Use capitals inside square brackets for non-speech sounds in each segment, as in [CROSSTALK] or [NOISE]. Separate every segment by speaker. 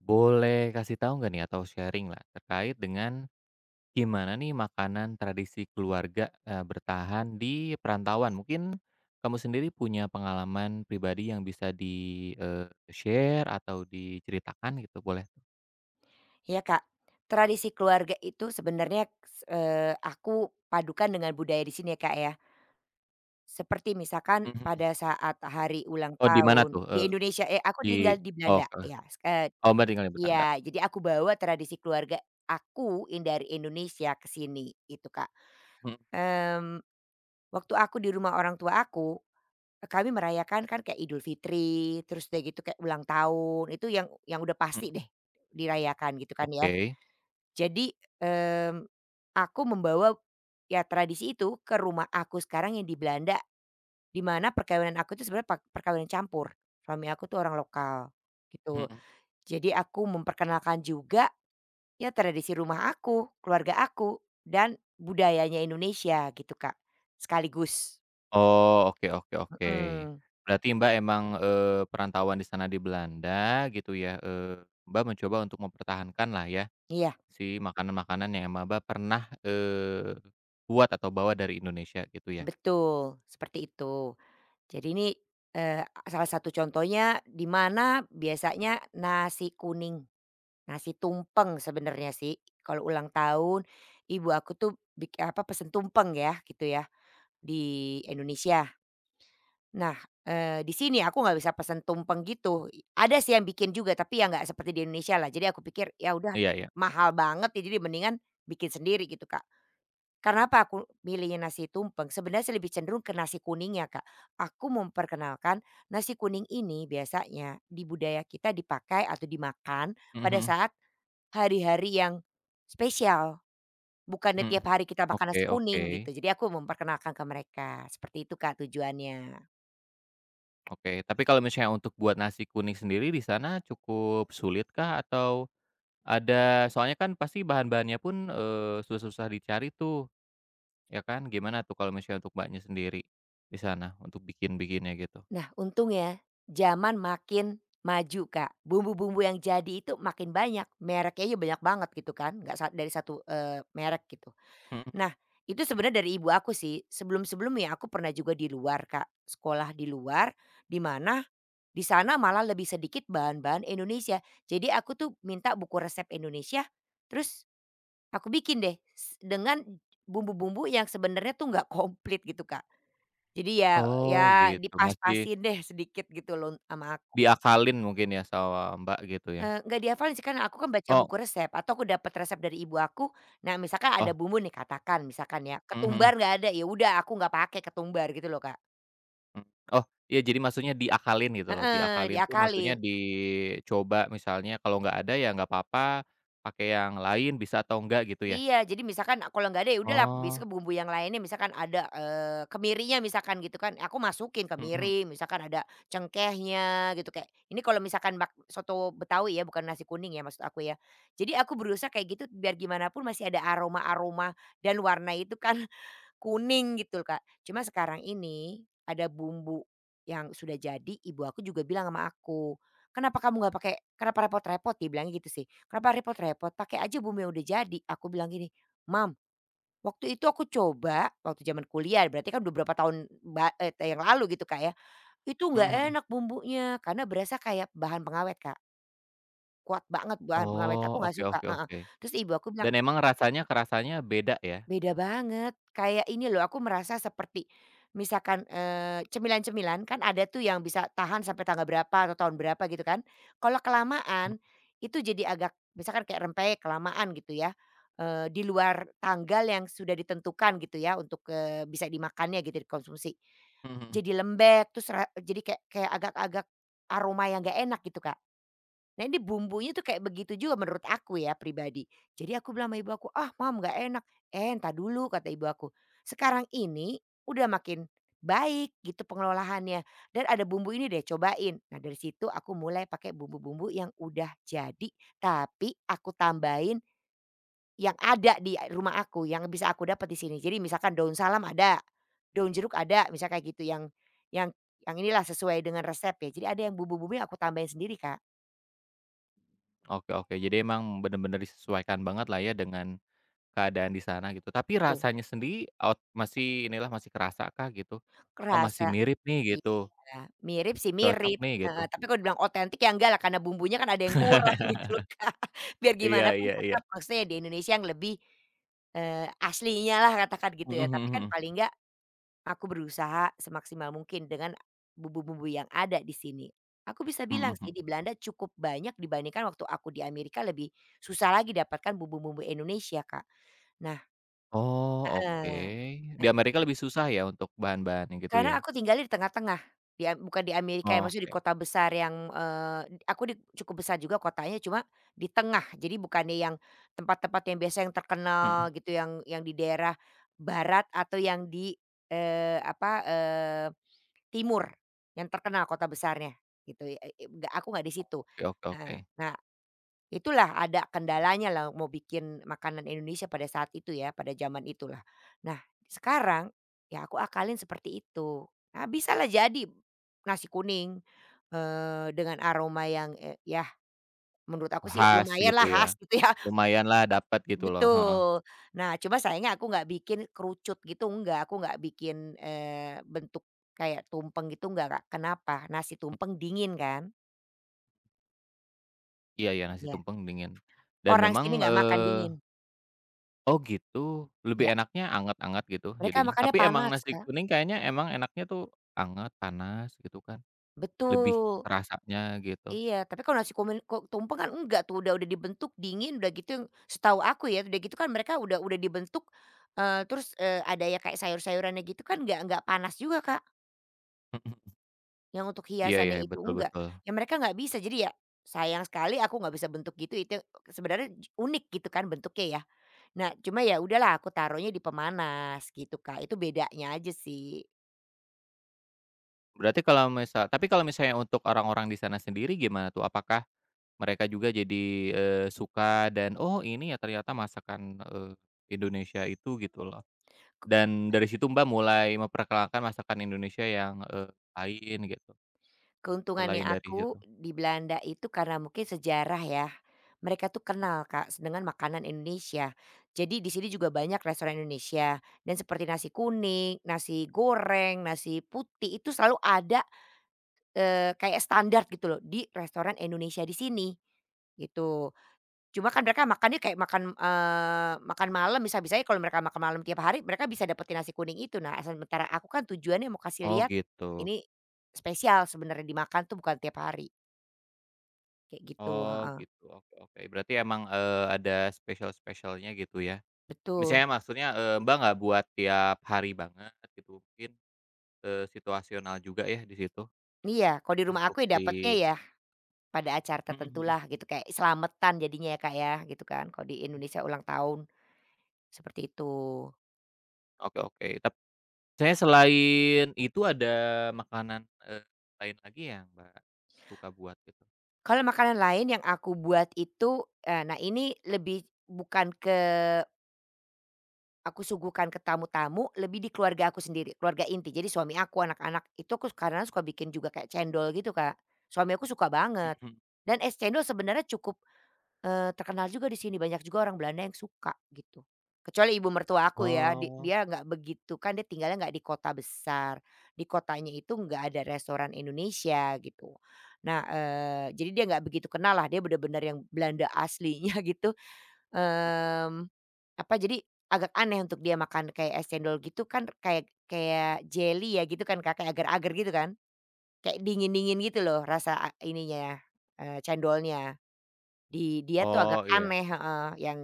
Speaker 1: Boleh kasih tahu nggak nih atau sharing-lah terkait dengan gimana nih makanan tradisi keluarga, bertahan di perantauan? Mungkin kamu sendiri punya pengalaman pribadi yang bisa di, eee, share atau diceritakan gitu boleh?
Speaker 2: Iya Kak, tradisi keluarga itu sebenarnya, aku padukan dengan budaya di sini ya Kak ya. Seperti misalkan
Speaker 1: Mhm.
Speaker 2: pada saat hari ulang
Speaker 1: Oh di mana
Speaker 2: tahun
Speaker 1: tuh?
Speaker 2: di Indonesia eh, aku
Speaker 1: Di
Speaker 2: tinggal di
Speaker 1: oh
Speaker 2: Belanda
Speaker 1: ke
Speaker 2: ya,
Speaker 1: oh Mbak tinggal di Belanda.
Speaker 2: iya jadi aku bawa tradisi keluarga aku in dari Indonesia ke sini itu Kak.
Speaker 1: Mhm
Speaker 2: Mmm, waktu aku di rumah orang tua aku, kami merayakan kan kayak Idul Fitri terus udah gitu kayak ulang tahun itu yang udah pasti
Speaker 1: mhm.
Speaker 2: deh dirayakan gitu kan ya.
Speaker 1: Oke.
Speaker 2: Jadi, mmm, aku membawa ya tradisi itu ke rumah aku sekarang yang di Belanda, di mana perkawinan aku itu sebenarnya pak perkawinan campur, suami aku tuh orang lokal gitu.
Speaker 1: Mhm.
Speaker 2: Jadi aku memperkenalkan juga ya tradisi rumah aku, keluarga aku, dan budayanya Indonesia gitu, Kak, sekaligus.
Speaker 1: Oh, oke oke oke.
Speaker 2: Mhm,
Speaker 1: Berarti Mbak emang, perantauan di sana di Belanda gitu ya, Mbak mencoba untuk mempertahankan lah ya?
Speaker 2: iya
Speaker 1: Si makanan-makanan yang emang Mbak pernah, buat atau bawa dari Indonesia gitu ya?
Speaker 2: betul, seperti itu. Jadi ini, eee, salah satu contohnya di mana biasanya nasi kuning. Nasi tumpeng sebenarnya sih, kalau ulang tahun ibu aku tuh bik apa, pesen tumpeng ya gitu ya, di Indonesia. Nah, di sini aku nggak bisa pesen tumpeng gitu, i ada sih yang bikin juga tapi ya nggak seperti di Indonesia lah. Jadi aku pikir ya udah
Speaker 1: Iya iya.
Speaker 2: mahal banget ya jadi mendingan bikin sendiri gitu, Kak. Karena apa aku milihnya nasi tumpeng, sebenarnya sih lebih cenderung ke nasi kuningnya, Kak. Aku memperkenalkan nasi kuning ini biasanya di budaya kita dipakai atau dimakan
Speaker 1: Mhm
Speaker 2: pada
Speaker 1: mhm
Speaker 2: saat hari-hari yang spesial, bukannya
Speaker 1: mhm mhm.
Speaker 2: tiap hari kita makan
Speaker 1: Oke
Speaker 2: nasi
Speaker 1: oke
Speaker 2: kuning gitu. Jadi aku memperkenalkan ke mereka, seperti itu Kak tujuannya.
Speaker 1: oke. Tapi kalau misalnya untuk buat nasi kuning sendiri di sana cukup sulitkah atau ada soalnya kan pasti bahan-bahannya pun, susah-susah dicari tuh, ya kan? Gimana tuh kalau misalnya untuk Mbaknya sendiri di sana untuk bikin-bikinnya gitu?
Speaker 2: Nah untung ya, zaman makin maju Kak, bumbu-bumbu yang jadi itu makin banyak, mereknya aja banyak banget gitu kan, nggak sa dari satu, merek gitu.
Speaker 1: Mhm.
Speaker 2: Nah, itu sebenarnya dari ibu aku sih, sebelum-sebelumnya aku pernah juga di luar Kak, sekolah di luar, di mana di sana malah lebih sedikit bahan-bahan Indonesia. Jadi aku tuh minta buku resep Indonesia, terus aku bikin deh s dengan bumbu-bumbu yang sebenarnya tuh nggak komplit gitu, Kak. Jadi ya
Speaker 1: Oh
Speaker 2: ya
Speaker 1: gitu, masih
Speaker 2: dipas-pasin deh sedikit gitu loh sama aku.
Speaker 1: diakalin mungkin ya sama Mbak gitu ya?
Speaker 2: Nggak dihafalin sih karena aku kan baca
Speaker 1: Oh
Speaker 2: buku resep atau aku dapat resep dari ibu aku. Nah misalkan ada
Speaker 1: oh,
Speaker 2: bumbu nih katakan misalkan ya,
Speaker 1: mhm mhm.
Speaker 2: ketumbar nggak ada, ya udah aku nggak pakai ketumbar gitu loh, Kak.
Speaker 1: Mmm, oh, iya jadi maksudnya diakalin gitu loh,
Speaker 2: Heeh,
Speaker 1: diakalin tuh maksudnya
Speaker 2: diakalin.
Speaker 1: dicoba misalnya kalau nggak ada ya nggak apa-apa, pakai yang lain bisa atau enggak gitu ya?
Speaker 2: Iya, jadi misalkan kalau nggak ada, ya udahlah
Speaker 1: Oh,
Speaker 2: besok bumbu yang lainnya misalkan ada, kemirinya misalkan gitu kan, aku masukin
Speaker 1: mhm mhm,
Speaker 2: kemiri, misalkan ada cengkehnya gitu kayak ini kalau misalkan bak soto Betawi ya, bukan nasi kuning ya maksud aku ya. Jadi aku berusaha kayak gitu biar gimana pun masih ada aroma-aroma dan warna itu kan. Kuning gitu Kak. Cuma sekarang ini ada bumbu yang sudah jadi, ibu aku juga bilang sama aku, "Kenapa kamu nggak pakai kenapa repot-repot?" Dia bilangnya gitu sih, "Kenapa repot-repot, pakai aja bumbu yang udah jadi." Aku bilang gini, "Mam, waktu itu aku coba waktu zaman kuliah berarti kan udah berapa tahun yang lalu gitu Kak ya, itu
Speaker 1: mhm
Speaker 2: nggak
Speaker 1: mhm.
Speaker 2: enak bumbunya karena berasa kayak bahan pengawet Kak, kuat banget bahan pengawet,
Speaker 1: Oh,
Speaker 2: aku nggak
Speaker 1: oke
Speaker 2: suka."
Speaker 1: oke
Speaker 2: Heeh.
Speaker 1: oke.
Speaker 2: Terus ibu aku bilang
Speaker 1: Dan emang rasanya kerasanya beda ya?
Speaker 2: beda banget, kayak ini loh aku merasa seperti misalkan, cemilan-cemilan kan ada tuh yang bisa tahan sampai tanggal berapa atau tahun berapa gitu kan. Kalau
Speaker 1: Mmm,
Speaker 2: kelamaan itu jadi agak misalkan kayak rempeyek kelamaan gitu ya, di luar tanggal yang sudah ditentukan gitu ya untuk, bisa dimakannya gitu dikonsumsi.
Speaker 1: mhm mhm.
Speaker 2: Jadi lembek terus ra jadi kayak kayak agak-agak aroma yang nggak enak gitu, Kak. Nah ini bumbunya tuh kayak begitu juga menurut aku ya pribadi. Jadi aku bilang sama ibu aku, "Ah mam nggak enak." "Eh entar dulu," kata ibu aku. "Sekarang ini udah makin baik gitu pengelolaannya dan ada bumbu ini deh cobain." Nah dari situ aku mulai pakai bumbu-bumbu yang udah jadi tapi aku tambahin yang ada di rumah aku yang bisa aku dapat di sini. Jadi misalkan daun salam ada, daun jeruk ada, misal kayak gitu yang yang yang inilah sesuai dengan resep ya. Jadi ada yang bumbu bumbu yang aku tambahin sendiri Kak,
Speaker 1: Oke oke, jadi emang bener-bener disesuaikan banget lah ya dengan keadaan di sana gitu. Tapi
Speaker 2: gitu.
Speaker 1: rasanya sendiri ot masih inilah, masih kerasa kah gitu? Oh
Speaker 2: Kerasa.
Speaker 1: masih mirip nih gitu,
Speaker 2: Iya, mirip sih
Speaker 1: cocok
Speaker 2: mirip,
Speaker 1: nih gitu?
Speaker 2: heeh, tapi kalau dibilang otentik ya enggak lah karena bumbunya kan ada yang kurang [LAUGHS] gitu loh, Kak. Biar
Speaker 1: Iya
Speaker 2: gimana pun
Speaker 1: iya iya.
Speaker 2: tetap maksudnya di Indonesia yang lebih, aslinya lah katakan gitu
Speaker 1: Mhm
Speaker 2: ya, tapi
Speaker 1: mhm
Speaker 2: kan
Speaker 1: mhm.
Speaker 2: paling enggak aku berusaha semaksimal mungkin dengan bumbu-bumbu yang ada di sini. Aku bisa bilang
Speaker 1: Mhm
Speaker 2: sih
Speaker 1: mhm.
Speaker 2: di Belanda cukup banyak dibandingkan waktu aku di Amerika lebih susah lagi dapatkan bumbu-bumbu Indonesia, Kak. Nah
Speaker 1: Oh, oke.
Speaker 2: heeh.
Speaker 1: Di
Speaker 2: Nah
Speaker 1: Amerika lebih susah ya untuk bahan-bahannya gitu
Speaker 2: karena
Speaker 1: ya?
Speaker 2: aku tinggalnya di tengah-tengah, di a bukan di Amerika ya, maksudnya di
Speaker 1: Oke.
Speaker 2: kota besar yang, aku di cukup besar juga kotanya, cuma di tengah. Jadi bukannya yang tempat-tempat yang biasa yang
Speaker 1: Mhm.
Speaker 2: terkenal gitu, yang di daerah barat atau yang di, apa, timur yang terkenal kota besarnya gitu, e e nggak aku nggak di situ.
Speaker 1: Oke oke oke.
Speaker 2: Heeh, nah itulah ada kendalanya lah mau bikin makanan Indonesia pada saat itu ya, pada zaman itulah. Nah sekarang, ya aku akalin seperti itu. Nah bisalah jadi nasi kuning, dengan aroma yang, yah menurut aku sih
Speaker 1: Khas
Speaker 2: lumayan
Speaker 1: gitu
Speaker 2: lah khas
Speaker 1: ya.
Speaker 2: gitu ya [LAUGHS]
Speaker 1: Lumayanlah dapat gitu loh, heeh.
Speaker 2: betul. Nah cuma sayangnya aku nggak bikin kerucut gitu enggak, aku nggak bikin, bentuk kayak tumpeng gitu enggak Kak, kenapa? Nasi tumpeng dingin kan,
Speaker 1: Iya iya, nasi
Speaker 2: ya.
Speaker 1: tumpeng dingin. Dan
Speaker 2: Orang
Speaker 1: memang,
Speaker 2: sini nggak makan dingin,
Speaker 1: oh gitu, lebih
Speaker 2: ya.
Speaker 1: enaknya anget-anget gitu
Speaker 2: Mereka
Speaker 1: jadinya?
Speaker 2: makannya
Speaker 1: Tapi emang
Speaker 2: panas
Speaker 1: nasi
Speaker 2: Kak.
Speaker 1: kuning kayaknya emang enaknya tuh anget, panas gitu kan, lebih
Speaker 2: Betul,
Speaker 1: terasanya gitu.
Speaker 2: iya. Tapi kalau nasi kumin ko tumpeng kan enggak tuh, udah dibentuk dingin, udah gitu yang setahu aku ya, udah gitu kan mereka udah dibentuk, terus, ada ya kayak sayur-sayurannya gitu kan enggak panas juga, Kak,
Speaker 1: [LAUGHS] Mhm.
Speaker 2: yang untuk
Speaker 1: Iya iya,
Speaker 2: hiasannya itu
Speaker 1: betul
Speaker 2: enggak.
Speaker 1: betul.
Speaker 2: Ya mereka nggak bisa, jadi ya sayang sekali aku nggak bisa bentuk gitu, itu sebenarnya j- unik gitu kan bentuknya ya. Nah, cuma ya udahlah aku taruhnya di pemanas gitu, Kak, itu bedanya aja sih.
Speaker 1: Berarti kalau misal tapi kalau misalnya untuk orang-orang di sana sendiri gimana tuh? Apakah mereka juga jadi, suka dan, "Oh ini ya ternyata masakan, Indonesia itu," gitu loh. Dan dari situ Mbak mulai memperkenalkan masakan Indonesia yang, lain gitu,
Speaker 2: Keuntungannya
Speaker 1: selain dari situ?
Speaker 2: aku di Belanda itu karena mungkin sejarah ya, mereka tuh kenal Kak s dengan makanan Indonesia. Jadi di sini juga banyak restoran Indonesia dan seperti nasi kuning, nasi goreng, nasi putih itu selalu ada, kayak standar gitu loh di restoran Indonesia di sini, gitu. Cuma kan mereka makannya kayak makan, makan malam, bisa-bisanya kalau mereka makan malam tiap hari, mereka bisa dapetin nasi kuning itu. Nah, sementara aku kan tujuannya mau kasih
Speaker 1: Oh
Speaker 2: lihat,
Speaker 1: gitu.
Speaker 2: ini spesial sebenarnya dimakan tuh bukan tiap hari, kayak gitu,
Speaker 1: Oh
Speaker 2: heeh,
Speaker 1: gitu, oke oke. Berarti emang, ada spesial-spesialnya gitu ya?
Speaker 2: betul.
Speaker 1: Misalnya maksudnya, Mbak nggak buat tiap hari banget gitu, mungkin, situasional juga ya di situ
Speaker 2: Iya, kalau di rumah
Speaker 1: untuk
Speaker 2: aku ya dapatnya
Speaker 1: si
Speaker 2: ya pada acara
Speaker 1: mhm mhm.
Speaker 2: tertentulah gitu, kayak selamatan jadinya ya, Kak, ya, gitu kan, kalau di Indonesia ulang tahun, seperti itu.
Speaker 1: Oke oke. Tap saya selain itu ada makanan, lain lagi ya Mbak suka buat gitu?
Speaker 2: Kalau makanan lain yang aku buat itu, nah ini lebih bukan ke aku suguhkan ke tamu-tamu lebih di keluarga aku sendiri, keluarga inti. Jadi suami aku, anak-anak, itu aku kadang suka bikin juga kayak cendol gitu, Kak. Suami aku suka banget.
Speaker 1: Mhm.
Speaker 2: Dan es cendol sebenarnya cukup, terkenal juga di sini, banyak juga orang Belanda yang suka gitu. Kecuali ibu mertua aku ya, di
Speaker 1: Oh.
Speaker 2: dia nggak begitu, kan dia tinggalnya nggak di kota besar, di kotanya itu nggak ada restoran Indonesia gitu. Nah, jadi dia nggak begitu kenal lah, dia bener-bener yang Belanda aslinya [LAUGHS] gitu.
Speaker 1: Mhm.
Speaker 2: Mmm, apa, jadi agak aneh untuk dia makan kayak es cendol gitu kan kayak kayak jeli ya gitu kan, Kak, kayak agar-agar gitu kan. Kayak dingin-dingin gitu loh rasa a ininya, cendolnya. Di dia tuh agak
Speaker 1: Oh iya.
Speaker 2: aneh heeh, yang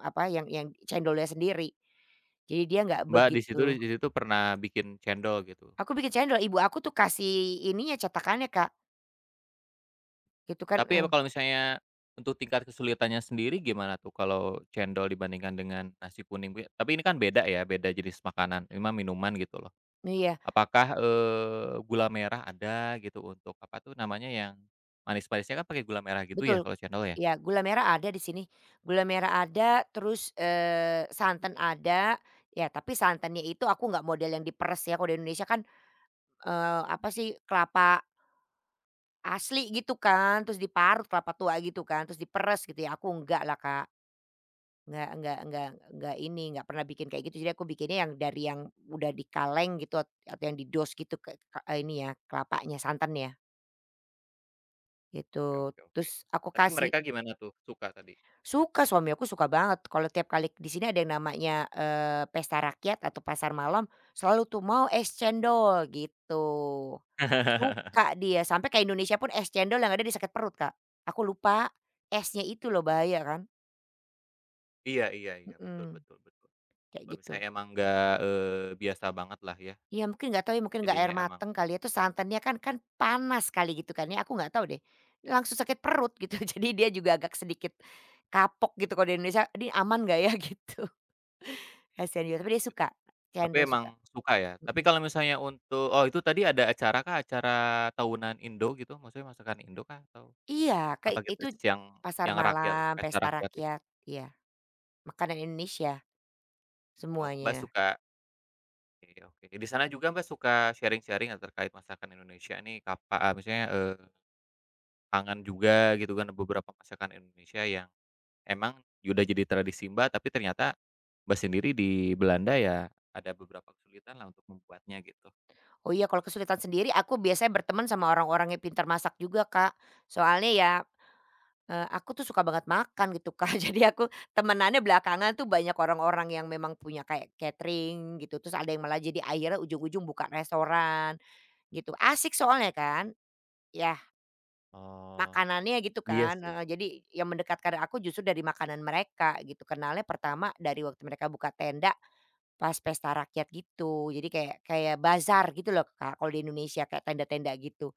Speaker 2: apa, yang cendolnya sendiri. Jadi dia nggak
Speaker 1: Mbak
Speaker 2: begitu,
Speaker 1: di situ pernah bikin cendol gitu.
Speaker 2: "Aku bikin cendol." Ibu aku tuh kasih ininya cetakannya, Kak, gitu kan,
Speaker 1: Tapi emang kalau misalnya untuk tingkat kesulitannya sendiri gimana tuh kalau cendol dibandingkan dengan nasi kuning? Be tapi ini kan beda ya, beda jenis makanan, ini mah minuman gitu loh.
Speaker 2: iya.
Speaker 1: Apakah, gula merah ada gitu untuk apa tuh namanya yang manis-manisnya kan pakai gula merah gitu ya
Speaker 2: Betul.
Speaker 1: kalau cendol ya?
Speaker 2: Ya gula merah ada di sini. Gula merah ada, terus, santan ada, ya tapi santannya itu aku nggak model yang diperes ya, kalau di Indonesia kan, apa sih, kelapa asli gitu kan, terus diparut kelapa tua gitu kan, terus diperes gitu ya, aku nggak lah, Kak. nggak nggak nggak nggak ini, nggak pernah bikin kayak gitu, jadi aku bikinnya yang dari yang udah dikaleng gitu, at atau yang di dos gitu, ke ka ini ya, kelapanya, santannya,
Speaker 1: Oke
Speaker 2: gitu.
Speaker 1: oke oke.
Speaker 2: Terus aku
Speaker 1: Tapi
Speaker 2: kasih
Speaker 1: mereka gimana tuh? Suka tadi?
Speaker 2: suka, suami aku suka banget kalau tiap kali di sini ada yang namanya, pesta rakyat atau pasar malam selalu tuh, "Mau es cendol," gitu.
Speaker 1: [LAUGHS]
Speaker 2: Suka dia, sampai ke Indonesia pun es cendol yang ada dia sakit perut, Kak. Aku lupa esnya itu loh bahaya kan,
Speaker 1: Iya iya iya, betul
Speaker 2: mhm,
Speaker 1: betul betul.
Speaker 2: kayak
Speaker 1: Kalau
Speaker 2: gitu.
Speaker 1: misalnya emang nggak, biasa banget lah ya,
Speaker 2: Ya mungkin nggak tahu ya, mungkin nggak air
Speaker 1: jadinya emang
Speaker 2: mateng kali ya, terus santannya kan kan panas kali gitu kan ya, aku nggak tahu deh. Langsung sakit perut gitu, [LAUGHS] jadi dia juga agak sedikit kapok gitu kalau di Indonesia, "Ini aman nggak ya?" [LAUGHS] Gitu. Kasihan juga, tapi dia
Speaker 1: gitu.
Speaker 2: suka,
Speaker 1: Tapi
Speaker 2: cendol
Speaker 1: emang
Speaker 2: suka,
Speaker 1: suka ya? Tapi
Speaker 2: mhm.
Speaker 1: kalau misalnya untuk oh itu tadi ada acara kah? Acara tahunan Indo gitu? Maksudnya masakan Indo kah? Atau
Speaker 2: Iya,
Speaker 1: apa
Speaker 2: kayak
Speaker 1: gitu
Speaker 2: itu
Speaker 1: yang
Speaker 2: pasar
Speaker 1: yang rakyat itu,
Speaker 2: malam,
Speaker 1: pesta
Speaker 2: pesta
Speaker 1: rakyat itu?
Speaker 2: rakyat, iya, makanan Indonesia
Speaker 1: Oh Mbak
Speaker 2: semuanya.
Speaker 1: suka oke oke. Di sana juga Mbak suka sharing-sharing nggak terkait masakan Indonesia nih kapa misalnya, kangen juga gitu kan beberapa masakan Indonesia yang emang ya udah jadi tradisi Mbak, tapi ternyata Mbak sendiri di Belanda ya ada beberapa kesulitan lah untuk membuatnya gitu.
Speaker 2: Oh iya, kalau kesulitan sendiri aku biasanya berteman sama orang-orang yang pintar masak juga, Kak. Soalnya ya, aku tuh suka banget makan gitu, Kak. [LAUGHS] Jadi aku temenannya belakangan tuh banyak orang-orang yang memang punya kayak catering gitu, terus ada yang malah jadi akhirnya ujung-ujung buka restoran gitu, asik soalnya kan. Ya
Speaker 1: Oh,
Speaker 2: makanannya gitu
Speaker 1: iya
Speaker 2: kan,
Speaker 1: sih.
Speaker 2: heeh, jadi yang mendekatkan aku justru dari makanan mereka gitu, kenalnya pertama dari waktu mereka buka tenda pas pesta rakyat gitu, jadi kayak kayak bazar gitu loh Kak, kalau di Indonesia kayak tenda-tenda gitu.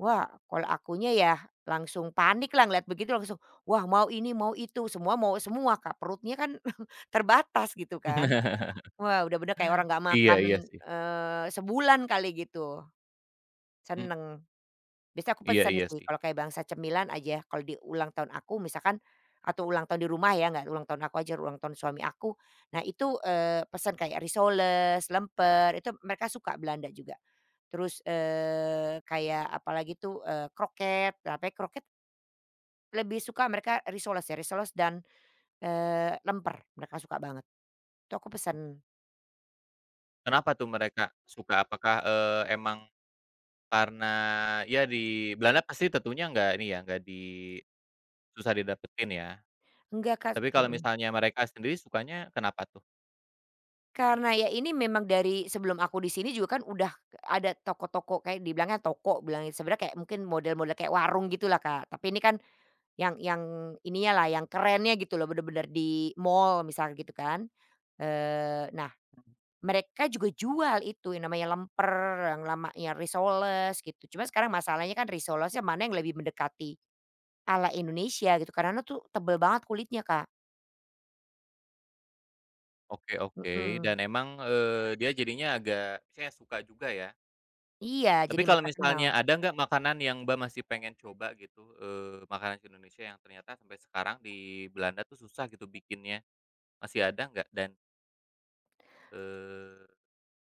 Speaker 2: Wah kalau akunya ya langsung panik lah ngeliat begitu langsung, wah mau ini mau itu, semua mau semua Kak, perutnya kan [LAUGHS] terbatas gitu kan.
Speaker 1: [LAUGHS]
Speaker 2: Wah udah bener kayak orang nggak
Speaker 1: Iya
Speaker 2: makan,
Speaker 1: iya sih.
Speaker 2: sebulan kali gitu,
Speaker 1: Mmm,
Speaker 2: seneng. Biasanya aku
Speaker 1: iya
Speaker 2: pesen
Speaker 1: iya
Speaker 2: sih
Speaker 1: sih.
Speaker 2: kalau kayak bangsa cemilan aja, kalau di ulang tahun aku misalkan atau ulang tahun di rumah ya, nggak ulang tahun aku aja, ulang tahun suami aku. Nah itu, pesan kayak risoles, lemper, itu mereka suka Belanda juga. Terus, kayak apalagi tuh, kroket, tapi kroket lebih suka mereka risoles ya, risoles dan, lemper mereka suka banget. Itu aku pesen.
Speaker 1: Kenapa tuh mereka suka? Apakah, emang karena ya di Belanda pasti tentunya nggak ini ya, nggak di susah didapetin ya.
Speaker 2: Enggak Kak
Speaker 1: Tapi kalau
Speaker 2: mhm.
Speaker 1: misalnya mereka sendiri sukanya kenapa tuh?
Speaker 2: Karena ya ini memang dari sebelum aku di sini juga kan udah ada toko-toko kayak dibilangnya toko bilangnya sebenarnya kayak mungkin model-model kayak warung gitulah, Kak. Tapi ini kan yang ininya lah yang kerennya gitu loh bener-bener di mall misal gitu kan. Nah mereka juga jual itu yang namanya lemper, yang lamanya risoles gitu. Cuma sekarang masalahnya kan risolesnya mana yang lebih mendekati ala Indonesia gitu karena tuh tebel banget kulitnya, Kak.
Speaker 1: Oke oke,
Speaker 2: Mhm.
Speaker 1: dan emang, dia jadinya agak saya suka juga ya?
Speaker 2: Iya
Speaker 1: Tapi
Speaker 2: jadi
Speaker 1: kalau
Speaker 2: mereka kenal.
Speaker 1: misalnya ada nggak makanan yang Mbak masih pengen coba gitu, makanan Indonesia yang ternyata sampai sekarang di Belanda tuh susah gitu bikinnya, masih ada nggak dan, eee,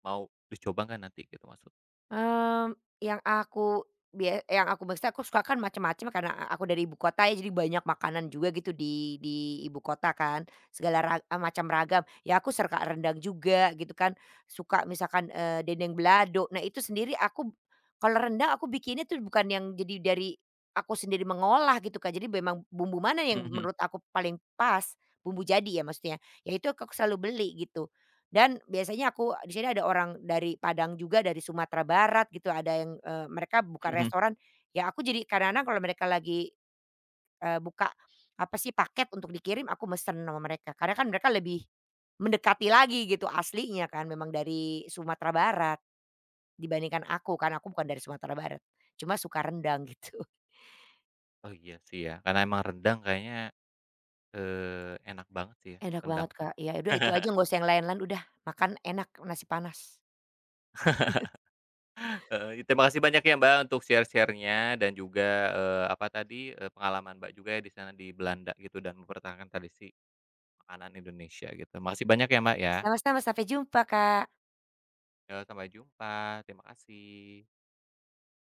Speaker 1: mau dicoba nggak nanti gitu maksud
Speaker 2: Mmm, yang aku bia yang aku maksudnya aku suka kan macam-macam karena a aku dari ibu kota ya, jadi banyak makanan juga gitu di ibu kota kan, segala macam ragam. Ya aku suka rendang juga gitu kan, suka misalkan, dendeng balado. Nah itu sendiri aku kalau rendang aku bikinnya tuh bukan yang jadi dari aku sendiri mengolah gitu Kak, jadi memang bumbu mana yang
Speaker 1: mhm
Speaker 2: menurut aku paling pas, bumbu jadi ya maksudnya, ya itu aku selalu beli gitu. Dan biasanya aku di sini ada orang dari Padang juga, dari Sumatera Barat gitu, ada yang, mereka buka
Speaker 1: mhm.
Speaker 2: restoran, ya aku jadi kadang-kadang kalau mereka lagi, buka apa sih, paket untuk dikirim, aku mesen sama mereka. Karena kan mereka lebih mendekati lagi gitu aslinya kan, memang dari Sumatera Barat dibandingkan aku, kan aku bukan dari Sumatera Barat, cuma suka rendang gitu. [LAUGHS]
Speaker 1: Oh iya sih ya, karena emang rendang kayaknya, enak banget sih ya
Speaker 2: Enak
Speaker 1: rendang
Speaker 2: banget,
Speaker 1: tuh.
Speaker 2: Kak, ya udah itu aja nggak
Speaker 1: [LAUGHS]
Speaker 2: usah yang lain-lain udah, makan enak nasi panas.
Speaker 1: Heeh, terima kasih banyak ya Mbak untuk share-share-nya dan juga, apa tadi, pengalaman Mbak juga ya di sana di Belanda gitu dan mempertahankan tradisi makanan Indonesia gitu. Makasih banyak ya Mbak ya.
Speaker 2: Sama-sama, sampai jumpa, Kak.
Speaker 1: Ya, sampai jumpa. Terima kasih.